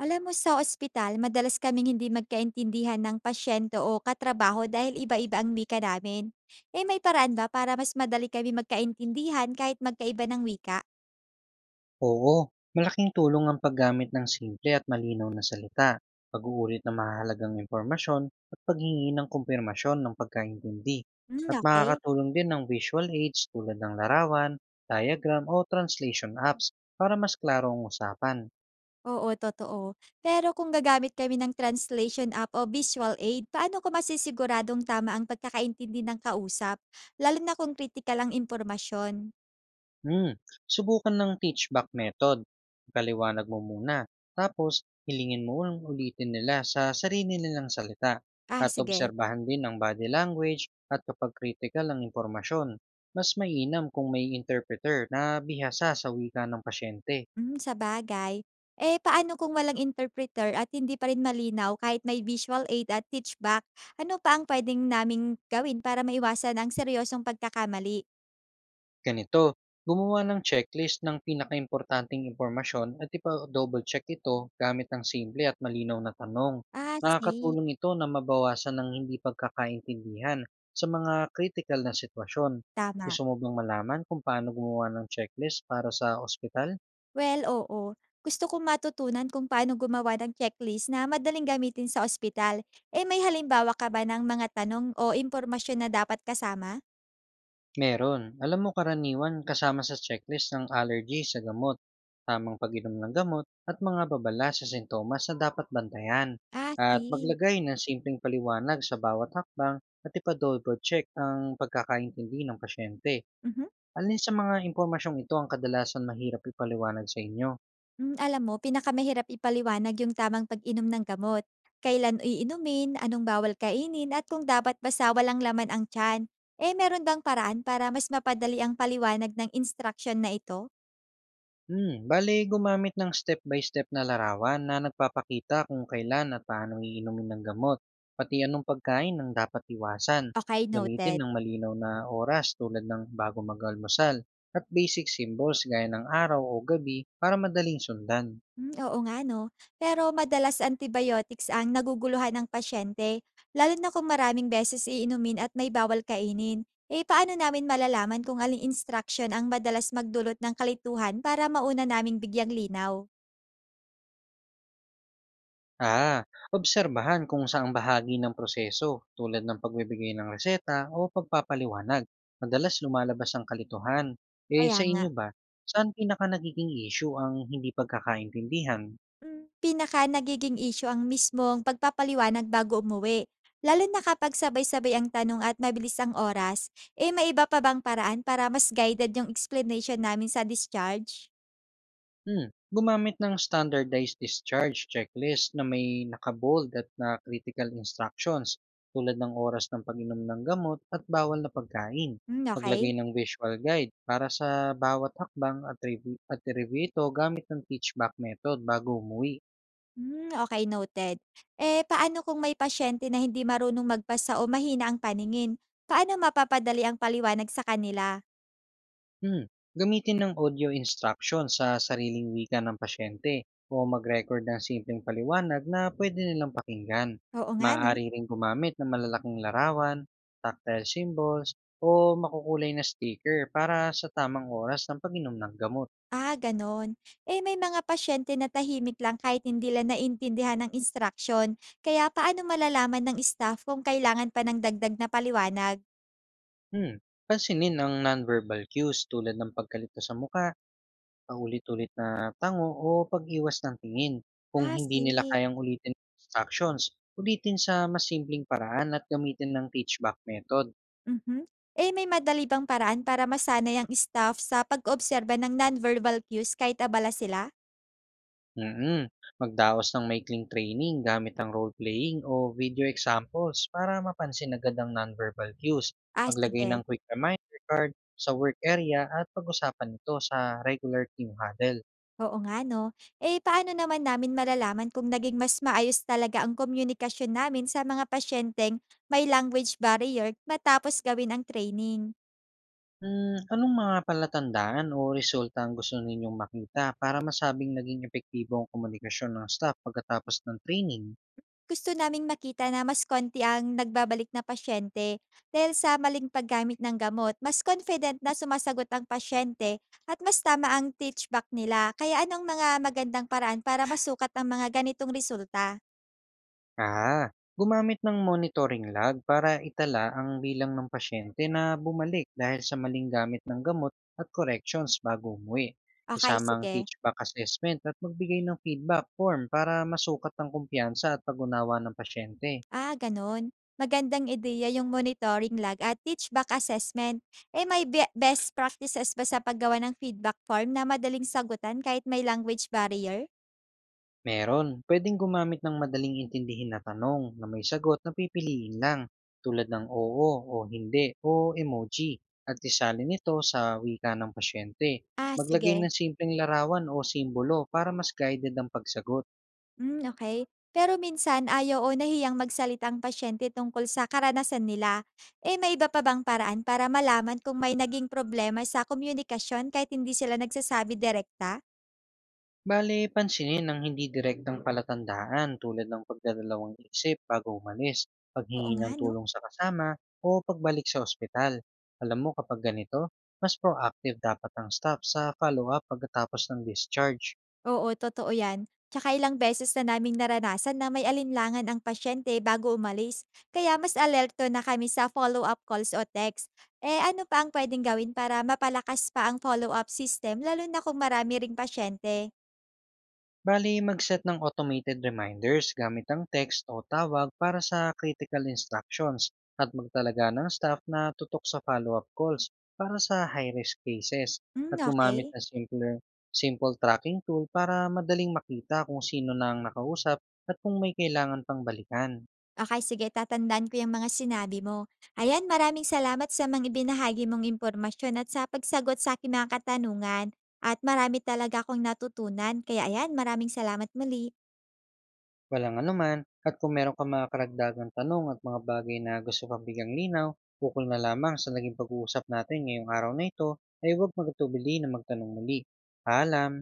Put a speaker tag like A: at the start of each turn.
A: Alam mo sa ospital, madalas kaming hindi magkaintindihan ng pasyente o katrabaho dahil iba-iba ang wika namin. Eh may paraan ba para mas madali kami magkaintindihan kahit magkaiba ng wika?
B: Oo, malaking tulong ang paggamit ng simple at malinaw na salita, pag-uulit ng mahalagang impormasyon at paghingi ng kumpirmasyon ng pagkaintindi.
A: Hmm,
B: At
A: okay.
B: makakatulong din ng visual aids tulad ng larawan, diagram o translation apps para mas klaro ang usapan.
A: Oo, totoo. Pero kung gagamit kami ng translation app o visual aid, paano ko masisiguradong tama ang pagkakaintindi ng kausap? Lalo na kung critical ang impormasyon.
B: Hmm, Subukan ng teach-back method. Paliwanag mo muna, tapos hilingin mo ulang ulitin nila sa sarili nilang salita
A: Ah,
B: at
A: sige.
B: obserbahan din ang body language at kapag critical ang impormasyon. Mas mainam kung may interpreter na bihasa sa wika ng pasyente.
A: Hmm, sabagay. Eh, paano kung walang interpreter at hindi pa rin malinaw kahit may visual aid at teach back. Ano pa ang pwedeng naming gawin para maiwasan ang seryosong pagkakamali?
B: Ganito, gumawa ng checklist ng pinakaimportanteng impormasyon at ipa-double check ito gamit ng simple at malinaw na tanong.
A: Ah, see.
B: Nakakatulong ito na mabawasan ng hindi pagkakaintindihan sa mga critical na sitwasyon.
A: Tama.
B: Gusto mo bang malaman kung paano gumawa ng checklist para sa ospital?
A: Well, oo. Gusto kong matutunan kung paano gumawa ng checklist na madaling gamitin sa ospital. Eh, may halimbawa ka ba ng mga tanong o impormasyon na dapat kasama?
B: Meron. Alam mo karaniwan kasama sa checklist ng allergy sa gamot, tamang pag-inom ng gamot, at mga babala sa sintomas na dapat bantayan.
A: Ah,
B: At
A: see.
B: maglagay ng simpleng paliwanag sa bawat hakbang at ipa-double check ang pagkakaintindi ng pasyente.
A: Mhm.
B: Alin sa mga impormasyong ito ang kadalasan mahirap ipaliwanag sa inyo?
A: Alam mo pinakamahirap ipaliwanag yung tamang pag-inom ng gamot. Kailan iinumin, anong bawal kainin at kung dapat basta walang laman ang tiyan. Eh meron bang paraan para mas mapadali ang paliwanag ng instruction na ito?
B: Bale gumamit ng step by step na larawan na nagpapakita kung kailan at paano iinumin ng gamot, pati anong pagkain ang dapat iwasan.
A: Okay,
B: Gamitin
A: noted.
B: ng malinaw na oras tulad ng bago mag-almusal at basic symbols gaya ng araw o gabi para madaling sundan.
A: Hmm, oo nga no. Pero madalas antibiotics ang naguguluhan ng pasyente, lalo na kung maraming beses iinumin at may bawal kainin. Eh paano namin malalaman kung aling instruction ang madalas magdulot ng kalituhan para mauna naming bigyang linaw?
B: Ah, obserbahan kung saang bahagi ng proseso tulad ng pagbibigay ng reseta o pagpapaliwanag. Madalas lumalabas ang kalituhan. Eh
A: Kaya
B: sa
A: nga.
B: inyo ba, saan pinaka nagiging issue ang hindi pagkakaintindihan?
A: Pinaka nagiging issue ang mismong pagpapaliwanag bago umuwi. Lalo na kapag sabay-sabay ang tanong at mabilis ang oras, eh may iba pa bang paraan para mas guided yung explanation namin sa discharge?
B: Gumamit ng standardized discharge checklist na may naka at na critical instructions tulad ng oras ng pag-inom ng gamot at bawal na pagkain.
A: Hmm, okay.
B: Maglagay ng visual guide para sa bawat hakbang at, at review ito gamit ng teach back method bago umuwi.
A: Hmm, okey noted. Eh, paano kung may pasyente na hindi marunong magbasa o mahina ang paningin? Paano mapapadali ang paliwanag sa kanila?
B: Hmm, Gamitin ng audio instruction sa sariling wika ng pasyente o mag-record ng simpleng paliwanag na pwede nilang pakinggan.
A: Oo nga 'no?
B: Maaari ring gumamit ng malalaking larawan, tactile symbols, o makukulay na sticker para sa tamang oras ng pag-inom ng gamot.
A: Ah, gano'n. Eh, may mga pasyente na tahimik lang kahit hindi nila naintindihan ng instruction. Kaya paano malalaman ng staff kung kailangan pa ng dagdag na paliwanag?
B: Hmm, Pansinin ang nonverbal cues tulad ng pagkalito sa mukha, paulit-ulit na tango o pag-iwas ng tingin. Kung
A: Ah,
B: hindi nila
A: see.
B: kayang ulitin ang instructions, ulitin sa mas simpleng paraan at gamitin ng teach back method.
A: Mhm. Eh, may madali bang paraan para masanay ang staff sa pag-obserba ng nonverbal cues kahit abala sila?
B: mm Magdaos ng maikling training gamit ang role-playing o video examples para mapansin agad ang nonverbal cues.
A: Ah,
B: Maglagay
A: sige.
B: ng quick reminder card sa work area at pag-usapan ito sa regular team huddle.
A: Oo nga, no? Eh, paano naman namin malalaman kung naging mas maayos talaga ang komunikasyon namin sa mga pasyenteng may language barrier matapos gawin ang training?
B: Anong mga palatandaan o resulta ang gusto ninyong makita para masabing naging epektibo ang komunikasyon ng staff pagkatapos ng training?
A: Gusto naming makita na mas konti ang nagbabalik na pasyente dahil sa maling paggamit ng gamot. Mas confident na sumasagot ang pasyente at mas tama ang teach back nila. Kaya anong mga magandang paraan para masukat ang mga ganitong resulta?
B: Ah, gumamit ng monitoring log para itala ang bilang ng pasyente na bumalik dahil sa maling gamit ng gamot at corrections bago umuwi.
A: Okay,
B: Isama ang
A: sige.
B: teach-back assessment at magbigay ng feedback form para masukat ang kumpiyansa at pag-unawa ng pasyente.
A: Ah, ganun. Magandang ideya yung monitoring log at teach back assessment. Eh may best practices ba sa paggawa ng feedback form na madaling sagutan kahit may language barrier?
B: Meron, pwedeng gumamit ng madaling intindihin na tanong na may sagot na pipiliin lang tulad ng oo o hindi o emoji at isali nito sa wika ng pasyente.
A: Ah,
B: Maglagay ng
A: sige.
B: simpleng larawan o simbolo para mas guided ang pagsagot.
A: Hmm, okay. Pero minsan ayaw o nahiyang magsalita ang pasyente tungkol sa karanasan nila. Eh, may iba pa bang paraan para malaman kung may naging problema sa komunikasyon kahit hindi sila nagsasabi direkta?
B: Bale, pansinin ang hindi direktang palatandaan tulad ng pagdadalawang isip bago umalis,
A: Oo
B: paghingi
A: nga
B: ng
A: 'no?
B: tulong sa kasama, o pagbalik sa ospital. Alam mo kapag ganito, mas proactive dapat ang staff sa follow-up pagkatapos ng discharge.
A: Oo, totoo 'yan. Tsaka ilang beses na naming naranasan na may alinlangan ang pasyente bago umalis, kaya mas alerto na kami sa follow-up calls o text. Eh, ano pa ang puwedeng gawin para mapalakas pa ang follow-up system lalo na kung marami ring pasyente?
B: Bali, mag-set ng automated reminders gamit ang text o tawag para sa critical instructions at magtalaga ng staff na tutok sa follow-up calls para sa high-risk cases
A: Hmm,
B: at gumamit
A: okay.
B: ng simple tracking tool para madaling makita kung sino na ang nakausap at kung may kailangan pang balikan.
A: Okey sige, tatandaan ko yung mga sinabi mo. Ayan, maraming salamat sa mga ibinahagi mong impormasyon at sa pagsagot sa'king mga katanungan at marami talaga akong natutunan. Kaya ayan, maraming salamat muli.
B: Walang anuman, at kung meron kang mga karagdagang tanong at mga bagay na gusto pang bigyang linaw, ukol na lamang sa naging pag-uusap natin ngayong araw na ito, ay huwag magtubili na magtanong muli. Paalam!